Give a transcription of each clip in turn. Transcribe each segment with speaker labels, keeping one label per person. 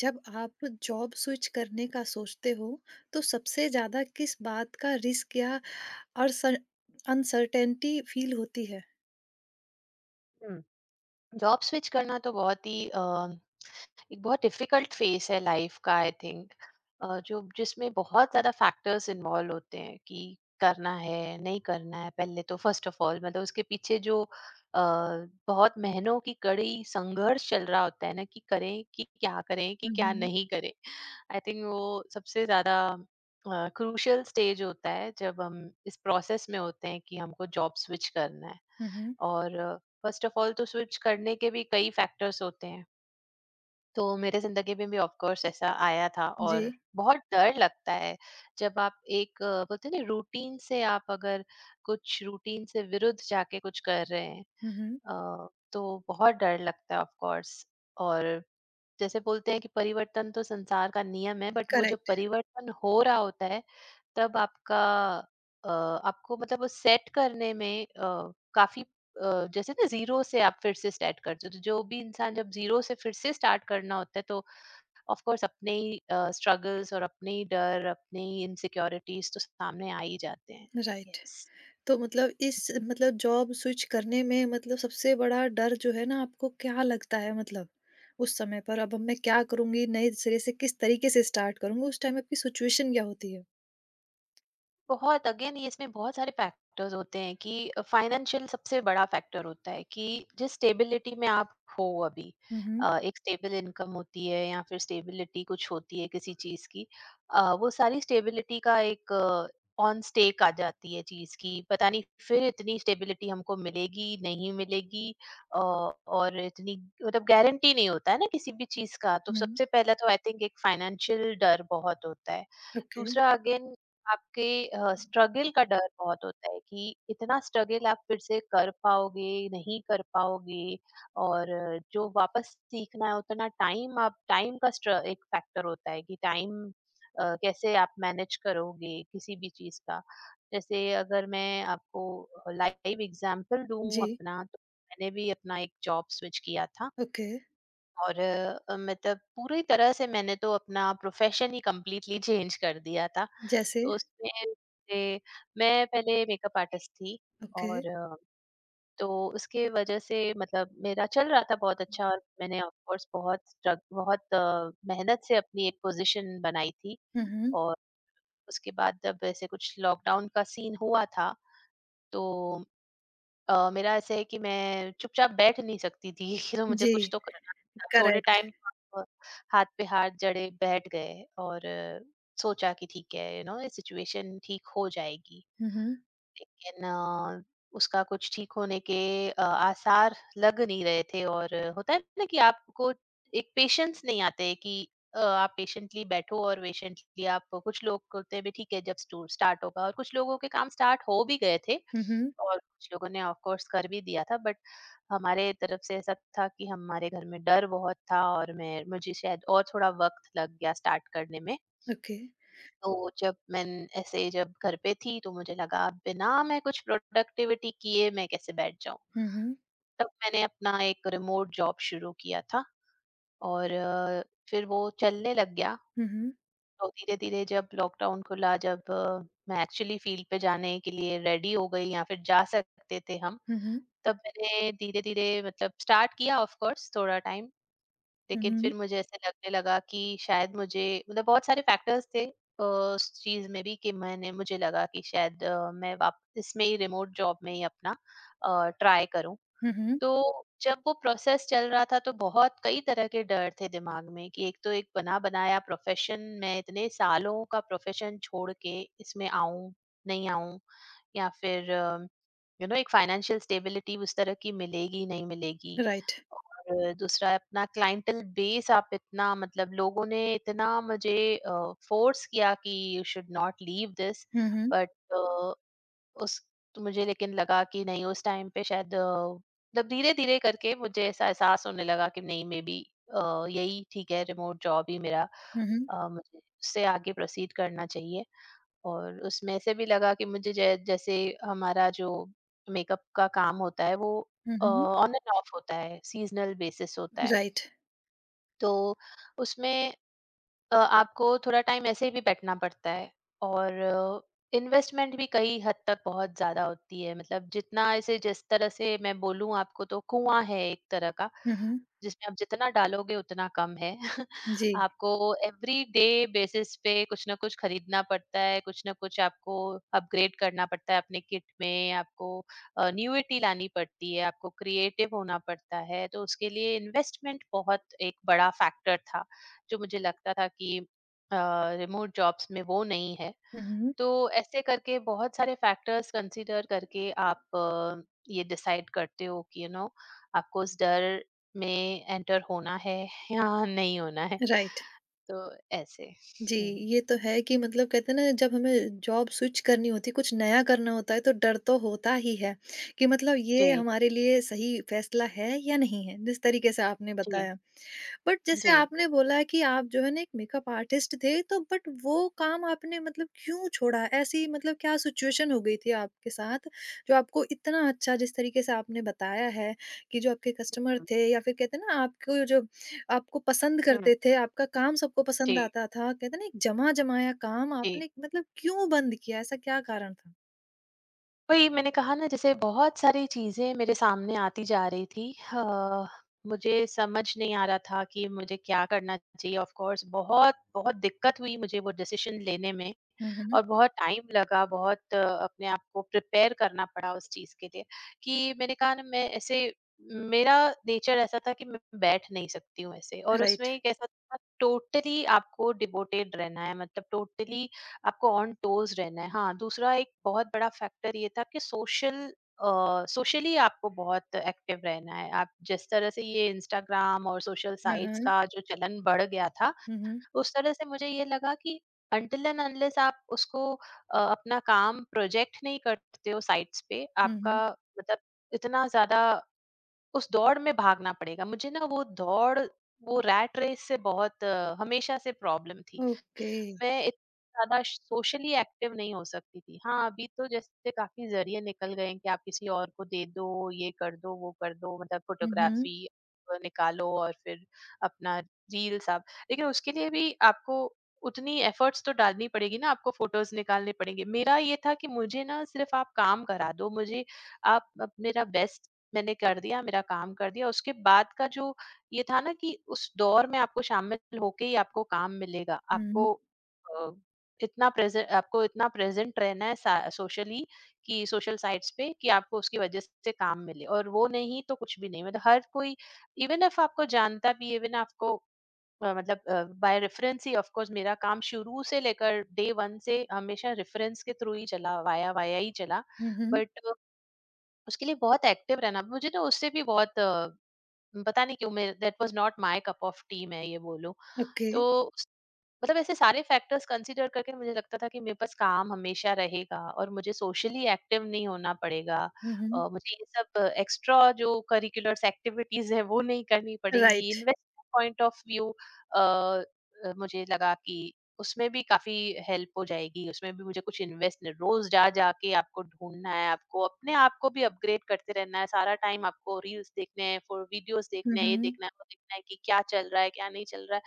Speaker 1: जब आप job switch करने का सोचते हो तो सबसे ज्यादा किस बात का रिस्क या अनसर्टेनिटी फील होती है?
Speaker 2: हुँ, जॉब स्विच करना तो बहुत ही एक बहुत डिफिकल्ट फेस है लाइफ का आई थिंक जो जिसमें बहुत ज़्यादा फैक्टर्स इन्वॉल्व होते हैं कि करना है नहीं करना है पहले तो फर्स्ट ऑफ ऑल मतलब उसके पीछे जो अ, बहुत महीनों की कड़ी संघर्ष चल रहा होता है ना कि करें कि क्या
Speaker 1: हम्म।
Speaker 2: नहीं करें। आई थिंक वो सबसे ज्यादा क्रूशियल स्टेज होता है जब हम इस प्रोसेस में होते हैं कि हमको जॉब स्विच करना है।
Speaker 1: हम्म।
Speaker 2: और फर्स्ट ऑफ ऑल तो स्विच करने के भी कई फैक्टर्स होते हैं। तो मेरे ज़िंदगी में भी ऑफ कोर्स ऐसा आया था।
Speaker 1: जी।
Speaker 2: और बहुत डर लगता है जब आप एक बोलते हैं ना रूटीन से, आप अगर कुछ रूटीन से विरुद्ध जाके कुछ कर रहे हैं
Speaker 1: हम्म।
Speaker 2: तो बहुत डर लगता है ऑफ कोर्स। और जैसे बोलते हैं कि परिवर्तन तो संसार का नियम है, बट वो जो
Speaker 1: करेक्ट।
Speaker 2: परिवर्तन हो रहा होता है, तब आपका आपको मतलब वो सेट करने में काफी जैसे ना जीरो से आप फिर से स्टार्ट करते हो, तो जो भी इंसान जब जीरो से फिर से स्टार्ट करना होता है तो ऑफ कोर्स अपने ही स्ट्रगल्स और अपने ही डर, अपने ही इनसिक्योरिटीज तो सामने आ ही जाते हैं।
Speaker 1: राइट।
Speaker 2: यस।
Speaker 1: तो मतलब इस मतलब जॉब स्विच करने में मतलब सबसे बड़ा डर जो है ना आपको क्या लगता है? मतलब उस समय पर अब मैं क्या करूंगी, नए सिरे से किस तरीके से स्टार्ट करूंगी, उस टाइम आपकी सिचुएशन क्या होती है?
Speaker 2: बहुत अगेन ये इसमें बहुत सारे फैक्टर्स होते हैं कि फाइनेंशियल सबसे बड़ा फैक्टर होता है कि जिस स्टेबिलिटी में आप हो अभी,
Speaker 1: हम्म।
Speaker 2: एक स्टेबल इनकम होती है या फिर स्टेबिलिटी कुछ होती है किसी चीज की। वो सारी स्टेबिलिटी का एक ऑन स्टेक आ जाती है चीज की, पता नहीं फिर इतनी स्टेबिलिटी हमको मिलेगी नहीं मिलेगी। और इतनी मतलब गारंटी नहीं होता है ना किसी भी चीज का, तो
Speaker 1: हम्म।
Speaker 2: सबसे पहला तो आई थिंक एक फाइनेंशियल डर बहुत होता है।
Speaker 1: ओके।
Speaker 2: दूसरा अगेन आपके स्ट्रगल का डर बहुत होता है कि इतना स्ट्रगल आप फिर से कर पाओगे, नहीं कर पाओगे। और जो वापस सीखना है उतना टाइम आप टाइम का स्ट्र एक फैक्टर होता है कि टाइम कैसे आप मैनेज करोगे किसी भी चीज़ का। जैसे अगर मैं आपको लाइव एग्ज़ाम्पल दूँ
Speaker 1: जी।
Speaker 2: अपना, तो मैंने भी अपना एक जॉब स्विच किया था।
Speaker 1: ओके।
Speaker 2: और मतलब पूरी तरह से मैंने तो अपना प्रोफेशन ही कंप्लीटली चेंज कर दिया था।
Speaker 1: जैसे।
Speaker 2: तो उसमें से मैं पहले मेकअप आर्टिस्ट थी।
Speaker 1: ओके।
Speaker 2: और तो उसके वजह से मतलब मेरा चल रहा था बहुत अच्छा, और मैंने ऑफ कोर्स बहुत मेहनत से अपनी एक पोज़ीशन बनाई थी।
Speaker 1: हम्म।
Speaker 2: और उसके बाद जब ऐसे कुछ लॉकडाउन का सीन हुआ था, तो मेरा ऐसे है कि मैं चुपचाप बैठ नहीं सकती थी कि तो मुझे कुछ
Speaker 1: जी,
Speaker 2: तो करना था। थोड़े
Speaker 1: करेक्ट।
Speaker 2: टाइम अ, हाथ पे हाथ जड़े बैठ गए और सोचा कि ठीक है यू नो ये सिचुएशन ठीक हो जाएगी।
Speaker 1: हुँ, हुँ।
Speaker 2: लेकिन उसका कुछ ठीक होने के आसार लग नहीं रहे थे। और होता है ना कि आपको एक पेशेंस नहीं आते कि आप पेशेंटली बैठो। और पेशेंटली आप कुछ लोग होते हैं भी ठीक है जब स्टार्ट होगा, और कुछ लोगों के काम स्टार्ट हो भी गए थे।
Speaker 1: हुँ, हुँ।
Speaker 2: और कुछ लोगों ने ऑफ कोर्स कर भी दिया था, बट हमारे तरफ से ऐसा था कि हमारे घर में डर बहुत था, और मैं मुझे शायद और थोड़ा वक्त लग गया स्टार्ट करने में।
Speaker 1: ओके।
Speaker 2: तो जब मैं ऐसे जब घर पे थी, तो मुझे लगा बिना मैं कुछ प्रोडक्टिविटी किए मैं कैसे बैठ जाऊं।
Speaker 1: हुँ, हुँ।
Speaker 2: तब मैंने अपना एक रिमोट जॉब शुरू किया था। और फिर वो चलने लग गया।
Speaker 1: हुँ, हुँ।
Speaker 2: तो धीरे धीरे जब लॉकडाउन खुला, जब मैं एक्चुअली फील्ड पे जाने के लिए रेडी हो गई या फिर जा सकते थे हम,
Speaker 1: हुँ, हुँ।
Speaker 2: तब मैंने धीरे धीरे मतलब स्टार्ट किया ऑफ कोर्स थोड़ा टाइम।
Speaker 1: हुँ,
Speaker 2: लेकिन
Speaker 1: हुँ।
Speaker 2: फिर मुझे ऐसे लगने लगा कि शायद मुझे मतलब बहुत सारे फैक्टर्स थे उस चीज में भी कि मैंने मुझे लगा कि शायद मैं वाप इसमें ही रिमोट जॉब में ही अपना ट्राई करूं।
Speaker 1: हुँ, हुँ।
Speaker 2: तो जब वो प्रोसेस चल रहा था, तो बहुत कई तरह के डर थे दिमाग में कि एक तो एक बना बनाया प्रोफेशन, मैं इतने सालों का प्रोफेशन छोड़ के इसमें आऊं नहीं आऊं, या फिर यू नो एक फाइनेंशियल स्टेबिलिटी उस तरह की मिलेगी नहीं मिलेगी।
Speaker 1: राइट।
Speaker 2: और दूसरा अपना क्लाइंटल बेस, आप इतना मतलब लोगों ने इतना मुझे फोर्स किया कि you should not leave this.
Speaker 1: हुँ, हुँ।
Speaker 2: बट उस तो मुझे लेकिन लगा कि नहीं उस टाइम पे शायद मतलब धीरे-धीरे करके मुझे ऐसा एहसास होने लगा कि नहीं मे बी यही ठीक है रिमोट जॉब ही मेरा।
Speaker 1: हुँ, हुँ।
Speaker 2: मुझे उससे आगे प्रोसीड करना चाहिए। और उसमें ऐसे भी लगा कि मुझे जै जैसे हमारा जो मेकअप का काम होता है वो
Speaker 1: हुँ, हुँ।
Speaker 2: ऑन एंड ऑफ होता है, सीज़नल बेसिस होता है।
Speaker 1: राइट।
Speaker 2: तो उसमें आपको थोड़ा टाइम ऐसे भी बैठना पड़ता है। और इन्वेस्टमेंट भी कई हद तक बहुत ज़्यादा होती है। मतलब जितना इसे जिस तरह से मैं बोलूँ आपको, तो कुआँ है एक तरह का,
Speaker 1: हुँ, हुँ।
Speaker 2: जिसमें आप जितना डालोगे उतना कम है।
Speaker 1: जी।
Speaker 2: आपको एवरी डे बेसिस पे कुछ न कुछ खरीदना पड़ता है, कुछ न कुछ आपको अपग्रेड करना पड़ता है अपने किट में, आपको न्यूइटी लानी पड़ती है, आपको क्रिएटिव होना पड़ता है, तो उसके लिए इन्वेस्टमेंट बहुत एक बड़ा फैक्टर था। जो मुझे लगता था कि रिमोट जॉब्स में वो नहीं है।
Speaker 1: हुँ, हुँ।
Speaker 2: तो ऐसे करके बहुत सारे फैक्टर्स कंसीडर करके आप ये डिसाइड करते हो कि यू नो आपको उस डर में एंटर होना है या नहीं होना है।
Speaker 1: राइट।
Speaker 2: तो ऐसे।
Speaker 1: जी,
Speaker 2: हम्म,
Speaker 1: ये तो है कि मतलब कहते हैं ना जब हमें जॉब स्विच करनी होती है, कुछ नया करना होता है, तो डर तो होता ही है कि मतलब ये
Speaker 2: जी।
Speaker 1: हमारे लिए सही फैसला है या नहीं है, जिस तरीके से आपने
Speaker 2: जी।
Speaker 1: बताया। बट जैसे
Speaker 2: जी।
Speaker 1: आपने बोला कि आप जो है ना एक मेकअप आर्टिस्ट थे, तो बट वो काम आपने मतलब क्यों छोड़ा? ऐसी मतलब क्या सिचुएशन हो गई थी आपके साथ जो आपको इतना अच्छा, जिस तरीके से आपने बताया है कि जो आपके कस्टमर
Speaker 2: हम्म।
Speaker 1: थे या फिर कहते हैं ना आपको जो आपको पसंद
Speaker 2: हम्म।
Speaker 1: करते थे, आपका काम सबको
Speaker 2: जी।
Speaker 1: पसंद आता था। कहते हैं ना, एक जमा-जमाया काम
Speaker 2: जी।
Speaker 1: आपने मतलब क्यों बंद किया? ऐसा क्या कारण था?
Speaker 2: वही मैंने कहा ना, जैसे बहुत सारी चीज़ें मेरे सामने आती जा रही थी। अ, मुझे समझ नहीं आ रहा था कि मुझे क्या करना चाहिए। ऑफ़ कोर्स बहुत, बहुत दिक्कत हुई मुझे वो डिसीज़न लेने में।
Speaker 1: हुँ, हुँ।
Speaker 2: और बहुत टाइम लगा, बहुत अपने आप को प्रिपेयर करना पड़ा उस चीज़ के लिए। कि मैंने कहा ना, मैं ऐसे मेरा नेचर ऐसा था कि मैं बैठ नहीं सकती हूँ ऐसे। और उसमें
Speaker 1: राइट।
Speaker 2: एक ऐसा था टोटली आपको डिवोटेड रहना है, मतलब टोटली आपको ऑन टोज रहना है। हाँ, दूसरा एक बहुत बड़ा फैक्टर ये था कि सोशली आपको बहुत एक्टिव रहना है। आप जिस तरह से ये इंस्टाग्राम और सोशल
Speaker 1: हुँ,
Speaker 2: साइट्स
Speaker 1: हुँ।
Speaker 2: का जो चलन बढ़ गया था,
Speaker 1: हुँ, हुँ।
Speaker 2: उस तरह से मुझे ये लगा कि अनटिल एंड अनलेस आप उसको अपना काम प्रोजेक्ट नहीं करते हो साइट्स पे,
Speaker 1: हुँ,
Speaker 2: आपका
Speaker 1: हुँ।
Speaker 2: मतलब इतना ज्यादा उस दौड़ में भागना पड़ेगा। मुझे ना वो दौड़, वो रैट रेस से बहुत हमेशा से प्रॉब्लम थी।
Speaker 1: ओके।
Speaker 2: मैं इतनी ज़्यादा सोशली एक्टिव नहीं हो सकती थी। हाँ, अभी तो जैसे काफ़ी ज़रिए निकल गए हैं कि आप किसी और को दे दो, ये कर दो, वो कर दो, मतलब
Speaker 1: हुँ, हुँ।
Speaker 2: फ़ोटोग्राफ़ी निकालो और फिर अपना रील्स आप, लेकिन उसके लिए भी आपको उतनी एफ़र्ट्स तो डालनी पड़ेगी ना, आपको फ़ोटोज़ निकालने पड़ेंगे। मेरा ये था कि मुझे ना सिर्फ़ आप काम करा दो, मुझे आप अब मेरा बेस्ट मैंने कर दिया, मेरा काम कर दिया, उसके बाद का जो ये था ना कि उस दौर में आपको शामिल होके ही आपको काम मिलेगा।
Speaker 1: हुँ,
Speaker 2: आपको अ, इतना प्रेज़ेंट आपको इतना प्रेज़ेंट रहना है सा सोशली कि सोशल साइट्स पे, कि आपको उसकी वज़ह से काम मिले और वो नहीं तो कुछ भी नहीं। मतलब हर कोई इवन इफ आपको जानता भी है, इवन आपको मतलब बाय रेफ़रेंस ही ऑफ कोर्स मेरा काम शुरू से लेकर डे 1 से हमेशा रेफ़रेंस के थ्रू ही चला, वाया वाया ही चला।
Speaker 1: हुँ।
Speaker 2: बट उसके लिए बहुत एक्टिव रहना मुझे ना उससे भी बहुत पता नहीं क्यों मैं that was not my cup of tea मैं ये बोलूँ।
Speaker 1: ओके।
Speaker 2: तो मतलब ऐसे सारे फैक्टर्स कंसीडर करके मुझे लगता था कि मेरे पास काम हमेशा रहेगा और मुझे सोशली एक्टिव नहीं होना पड़ेगा।
Speaker 1: हुँ, हुँ।
Speaker 2: मुझे ये सब एक्स्ट्रा जो करिकुलर्स एक्टिविटीज है वो नहीं करनी पड़ेंगी।
Speaker 1: Right.
Speaker 2: Investment point of view मुझे लगा कि उसमें भी काफी हेल्प हो जाएगी। उसमें भी मुझे कुछ इन्वेस्ट रोज जा जाके आपको ढूंढना है, आपको अपने आप को भी अपग्रेड करते रहना है सारा टाइम, आपको रील्स देखने हैं, फॉर वीडियोस
Speaker 1: हुँ,
Speaker 2: देखने हैं, ये
Speaker 1: हुँ।
Speaker 2: देखना है वो देखना है कि क्या चल रहा है क्या नहीं चल रहा है।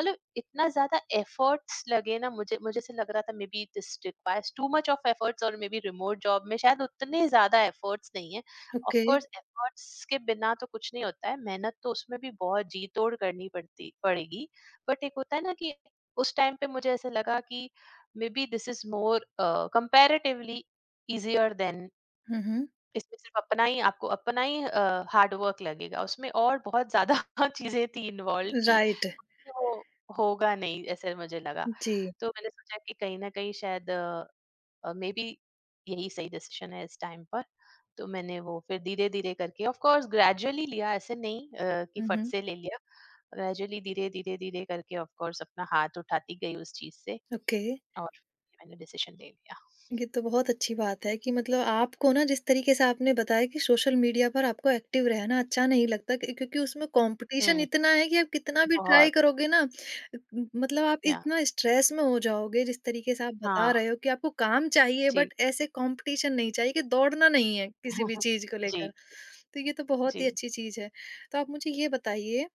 Speaker 2: मतलब इतना ज़्यादा एफर्ट्स लगे ना मुझे मुझे ऐसे लग रहा था maybe this requires too much of efforts, और मे बी रिमोट जॉब में शायद उतने ज़्यादा एफर्ट्स नहीं है। Of
Speaker 1: okay.
Speaker 2: कोर्स एफर्ट्स के बिना तो कुछ नहीं होता है, मेहनत तो उसमें भी बहुत जी-तोड़ करनी पड़ती पड़ेगी। बट एक होता है ना कि उस टाइम पे मुझे ऐसा लगा कि maybe this is more comparatively easier than
Speaker 1: हुँ, हुँ।
Speaker 2: इसमें सिर्फ अपना ही आपको अपना ही हार्ड वर्क लगेगा। उसमें और बहुत ज़्यादा चीज़ें थी इन्वॉल्वड कि
Speaker 1: राइट।
Speaker 2: मुझसे वो होगा नहीं ऐसे मुझे लगा।
Speaker 1: जी।
Speaker 2: तो मैंने सोचा कि कहीं न कहीं शायद मेबी यही सही डिसीजन है इस टाइम पर। तो मैंने वो फिर धीरे-धीरे करके ऑफ कोर्स ग्रेजुअली लिया ऐसे नहीं कि
Speaker 1: हुँ,
Speaker 2: फट
Speaker 1: हुँ।
Speaker 2: से ले लिया। ग्रेजुअली धीरे, धीरे, धीरे करके ऑफ कोर्स अपना हाथ उठाती गई उस चीज़ से
Speaker 1: ओके।
Speaker 2: और मैंने डिसीजन ले लिया।
Speaker 1: ये तो बहुत अच्छी बात है कि मतलब आपको ना, जिस तरीके से आपने बताया कि सोशल मीडिया पर आपको एक्टिव रहना अच्छा नहीं लगता, क्योंकि उसमें कॉम्पिटिशन
Speaker 2: हुँ,
Speaker 1: इतना है कि आप कितना भी ट्राई
Speaker 2: बहुत
Speaker 1: करोगे ना, अ, मतलब आप
Speaker 2: या
Speaker 1: इतना स्ट्रेस में हो जाओगे, जिस तरीके से आप बता
Speaker 2: हाँ,
Speaker 1: रहे हो कि आपको काम चाहिए
Speaker 2: जी।
Speaker 1: बट ऐसे कॉम्पिटिशन नहीं चाहिए कि दौड़ना नहीं है किसी भी चीज़ को
Speaker 2: जी,
Speaker 1: लेकर। तो ये तो
Speaker 2: जी।
Speaker 1: बहुत ही अच्छी चीज़ है। तो आप मुझे ये बताइए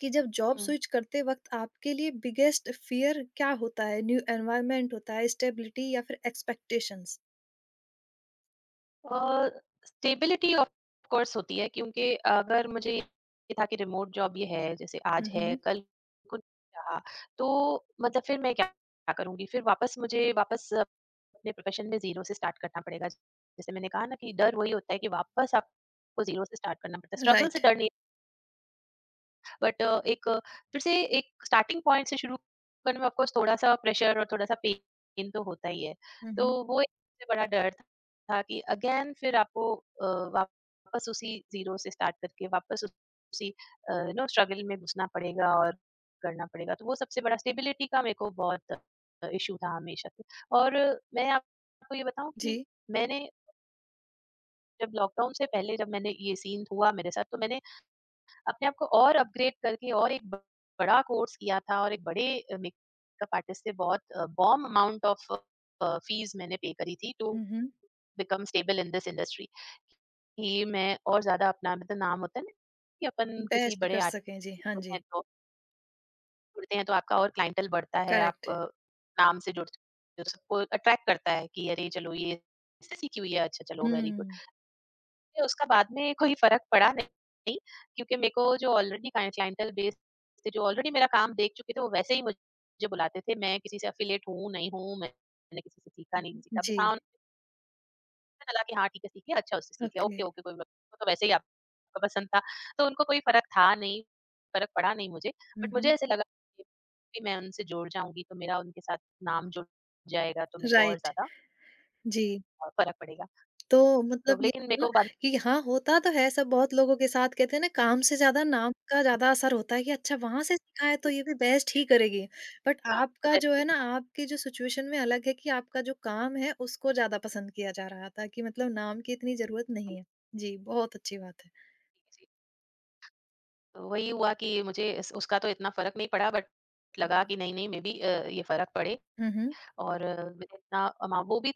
Speaker 1: कि जब जॉब
Speaker 2: हुँ।
Speaker 1: स्विच करते वक़्त आपके लिए बिगेस्ट फ़ियर क्या होता है? न्यू एनवायरनमेंट होता है, स्टेबिलिटी या फिर एक्सपेक्टेशंस?
Speaker 2: स्टेबिलिटी ऑफ कोर्स होती है क्योंकि अगर मुझे ये था कि रिमोट जॉब ये है जैसे आज
Speaker 1: हुँ,
Speaker 2: है
Speaker 1: हुँ।
Speaker 2: कल को नहीं रहा तो मतलब फिर मैं क्या क्या करूंगी फिर वापस मुझे वापस अपने प्रोफेशन में जीरो से स्टार्ट करना पड़ेगा जैसे मैंने कहा ना कि डर वही होता है कि वापस आपको जीरो से स्टार्ट करना पड़ता है स्ट्रगल
Speaker 1: राइट।
Speaker 2: से डर नहीं बट एक फिर से एक स्टार्टिंग पॉइंट से शुरू करने में ऑफ कोर्स थोड़ा-सा प्रेशर और थोड़ा-सा पेन तो होता ही है।
Speaker 1: हुँ,
Speaker 2: तो
Speaker 1: हुँ।
Speaker 2: वो एक सबसे बड़ा डर था कि अगेन फिर आपको वापस उसी ज़ीरो से स्टार्ट करके वापस उसी यू नो स्ट्रगल में घुसना पड़ेगा और करना पड़ेगा। तो वो सबसे बड़ा स्टेबिलिटी का मेरे को बहुत इश्यू था हमेशा से। और मैं आपको ये बताऊँ कि
Speaker 1: जी।
Speaker 2: मैंने जब लॉकडाउन से पहले जब मैंने ये सीन हुआ मेरे साथ तो मैंने अपने आप को और अपग्रेड करके और एक ब बड़ा कोर्स किया था और एक बड़े मेकअप आर्टिस्ट से बहुत बॉम्ब अमाउंट ऑफ फीस मैंने पे करी थी टू
Speaker 1: हुँ, हुँ।
Speaker 2: Become stable in this industry कि मैं और ज़्यादा अपना मतलब नाम होता है ना कि अपन किसी
Speaker 1: बेस्ट
Speaker 2: बड़े
Speaker 1: कर सकें, जी।
Speaker 2: आर्टिस्ट
Speaker 1: हाँ जी,
Speaker 2: जुड़ते हैं तो आपका और क्लाइंटल बढ़ता है,
Speaker 1: करेक्ट।
Speaker 2: आप नाम से जुड़ते हो तो सबको अट्रैक्ट करता है कि अरे चलो ये इससे सीखी हुई है, अच्छा चलो वेरी गुड।
Speaker 1: हुँ।
Speaker 2: मुझे उसका बाद में कोई फ़र्क पड़ा नहीं क्योंकि मेरे को जो ऑलरेडी क्लाइंटल बेस से जो ऑलरेडी मेरा काम देख चुके थे, वो वैसे ही मुझे बुलाते थे। मैं किसी से एफिलिएट हूँ, नहीं हूँ, मैंने किसी से सीखा, नहीं सीखा। बस
Speaker 1: जी,
Speaker 2: हाँ, उन्हें पता चला कि हाँ, ठीक है, सीख लिया, अच्छा उससे सीख लिया,
Speaker 1: ओके।
Speaker 2: ओके, ओके, कोई बात नहीं। वो तो वैसे ही आपको पसंद था, तो उनको कोई फ़र्क था नहीं, फ़र्क पड़ा नहीं मुझे।
Speaker 1: हुँ,
Speaker 2: बट मुझे
Speaker 1: हुँ।
Speaker 2: ऐसे लगा कि कि मैं उनसे जुड़ जाऊँगी, तो मेरा उनके साथ नाम जुड़ जाएगा, तो मेरे को और
Speaker 1: राइट,
Speaker 2: ज़्यादा
Speaker 1: जी।
Speaker 2: फ़र्क पड़ेगा।
Speaker 1: तो
Speaker 2: तो
Speaker 1: मतलब ये
Speaker 2: लेकिन मेरे
Speaker 1: है ना
Speaker 2: को बाद में
Speaker 1: कि हाँ, होता तो है, सब बहुत लोगों के साथ कहते हैं ना, काम से ज़्यादा नाम का ज़्यादा असर होता है कि अच्छा वहाँ से सीखा है तो ये भी बेस्ट ही करेगी। बट
Speaker 2: हाँ,
Speaker 1: आपका जो
Speaker 2: वैसे ही।
Speaker 1: है ना,
Speaker 2: हाँ,
Speaker 1: आपकी जो सिचुएशन में अलग है कि आपका जो काम है उसको ज़्यादा पसंद किया जा रहा था, कि मतलब नाम की इतनी ज़रूरत
Speaker 2: जी, जी,
Speaker 1: नहीं है। जी, बहुत अच्छी बात है।
Speaker 2: जी। वही हुआ कि मुझे इस उसका तो इतना फ़र्क नहीं पड़ा बट लगा कि नहीं, नहीं मे बी ये फ़र्क पड़े
Speaker 1: हुँ, हुँ।
Speaker 2: और मैंने इतना अमा वो भी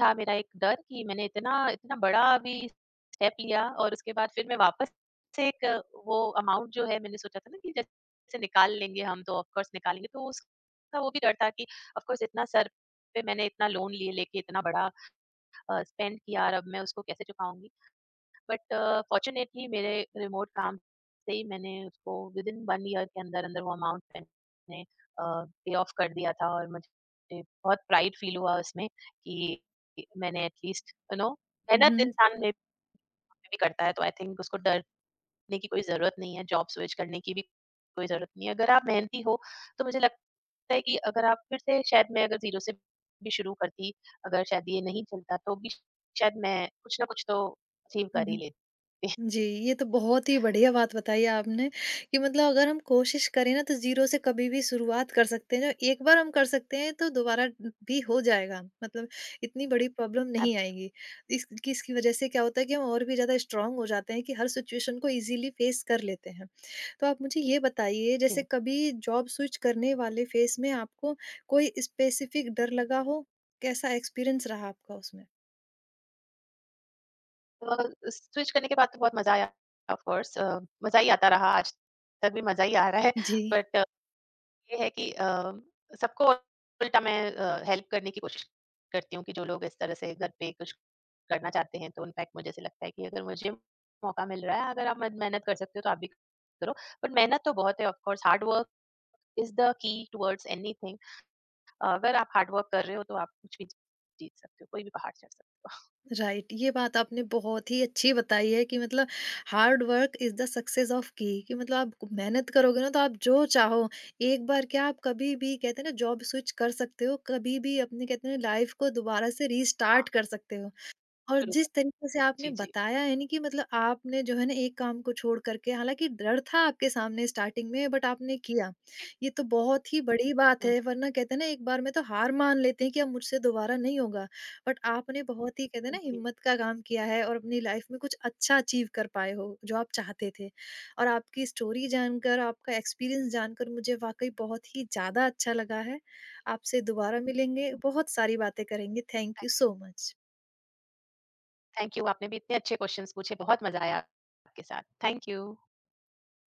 Speaker 2: था मेरा एक डर कि मैंने इतना इतना बड़ा भी स्टेप लिया और उसके बाद फिर मैं वापस से एक वो अमाउंट जो है मैंने सोचा था ना कि जैसे निकाल लेंगे हम तो ऑफ कोर्स निकालेंगे, तो उसका वो भी डर था कि ऑफ कोर्स इतना सर पे मैंने इतना लोन लिए लेके इतना बड़ा स्पेंड किया और अब मैं उसको कैसे चुकाऊँगी? बट फॉर्चुनेटली मेरे रिमोट काम से ही मैंने उसको विद इन 1 ईयर के अंदर-अंदर वो अमाउंट मैंने पे ऑफ कर दिया था और मुझे बहुत प्राइड फील हुआ उसमें कि मैंने एटलीस्ट यू नो
Speaker 1: हुँ,
Speaker 2: मेहनत
Speaker 1: हुँ।
Speaker 2: इंसान में भी करता है तो आई थिंक उसको डरने की कोई ज़रूरत नहीं है, जॉब स्विच करने की भी कोई ज़रूरत नहीं है। अगर आप मेहनती हो तो मुझे लगता है कि अगर आप फिर से शायद मैं अगर ज़ीरो से भी शुरू करती, अगर शायद ये नहीं चलता तो भी शायद मैं कुछ ना कुछ तो अचीव
Speaker 1: हुँ,
Speaker 2: कर ही
Speaker 1: हुँ।
Speaker 2: लेती।
Speaker 1: जी, ये तो बहुत ही बढ़िया बात बताई आपने कि मतलब अगर हम कोशिश करें ना तो ज़ीरो से कभी भी शुरुआत कर सकते हैं। जो एक बार हम कर सकते हैं तो दोबारा भी हो जाएगा। मतलब इतनी बड़ी प्रॉब्लम नहीं
Speaker 2: एब्सो
Speaker 1: आएगी। इस किसकी वज़ह से क्या होता है कि हम और भी ज़्यादा स्ट्रॉन्ग हो जाते हैं कि हर सिचुएशन को ईज़िली फ़ेस कर लेते हैं। तो आप मुझे ये बताइए,
Speaker 2: जी।
Speaker 1: जैसे कभी जॉब स्विच करने वाले फ़ेज़ में आपको कोई स्पेसिफ़िक डर लगा हो? कैसा एक्सपीरियंस रहा आपका उसमें?
Speaker 2: तो स्विच करने के बाद तो बहुत मज़ा आया ऑफ़ कोर्स मज़ा ही आता रहा, आज तक भी मज़ा ही आ रहा है।
Speaker 1: जी।
Speaker 2: बट ये है कि सबको उल्टा मैं हेल्प करने की कोशिश करती हूँ कि जो लोग इस तरह से घर पे कुछ करना चाहते हैं, तो इनफैक्ट मुझे ऐसे लगता है कि अगर मुझे मौका मिल रहा है, अगर आप मद मेहनत कर सकते हो, तो आप भी करो। बट मेहनत तो बहुत है of course, hard work is the key towards anything. अगर आप हार्ड वर्क कर रहे हो, तो आप कुछ भी जीत सकते हो, कोई भी पहाड़ चढ़ सकते
Speaker 1: राइट, ये बात आपने बहुत ही अच्छी बताई है कि मतलब hard work is the success of key, कि मतलब आप मेहनत करोगे ना तो आप जो चाहो, एक बार क्या आप कभी भी कहते हैं ना जॉब स्विच कर सकते हो, कभी भी अपने कहते हैं लाइफ को दोबारा से
Speaker 2: हो। हाँ,
Speaker 1: रीस्टार्ट कर सकते हो। और
Speaker 2: शुरू कर
Speaker 1: जिस तरीके से आपने
Speaker 2: जी, जी,
Speaker 1: बताया है ना कि मतलब आपने जो है ना एक काम को छोड़ करके, हालाँकि डर था आपके सामने स्टार्टिंग में, बट आपने किया।
Speaker 2: जी।
Speaker 1: ये तो बहुत ही बड़ी बात
Speaker 2: हुँ।
Speaker 1: है वरना कहते हैं ना, एक बार में तो हार मान लेते हैं कि अब मुझसे दोबारा नहीं होगा। बट आपने बहुत ही कहते हैं ना
Speaker 2: जी,
Speaker 1: हिम्मत का काम किया है और अपनी लाइफ़ में कुछ अच्छा अचीव कर पाए हो जो आप चाहते थे। और आपकी स्टोरी जानकर, आपका एक्सपीरियंस जानकर मुझे वाक़ई बहुत ही ज़्यादा अच्छा लगा है। आपसे दोबारा मिलेंगे, बहुत सारी बातें करेंगे। Thank you
Speaker 2: thank you.
Speaker 1: So much.
Speaker 2: Thank you, आपने भी इतने अच्छे क्वेश्चन्स पूछे, बहुत मज़ा आया आपके साथ। Thank you.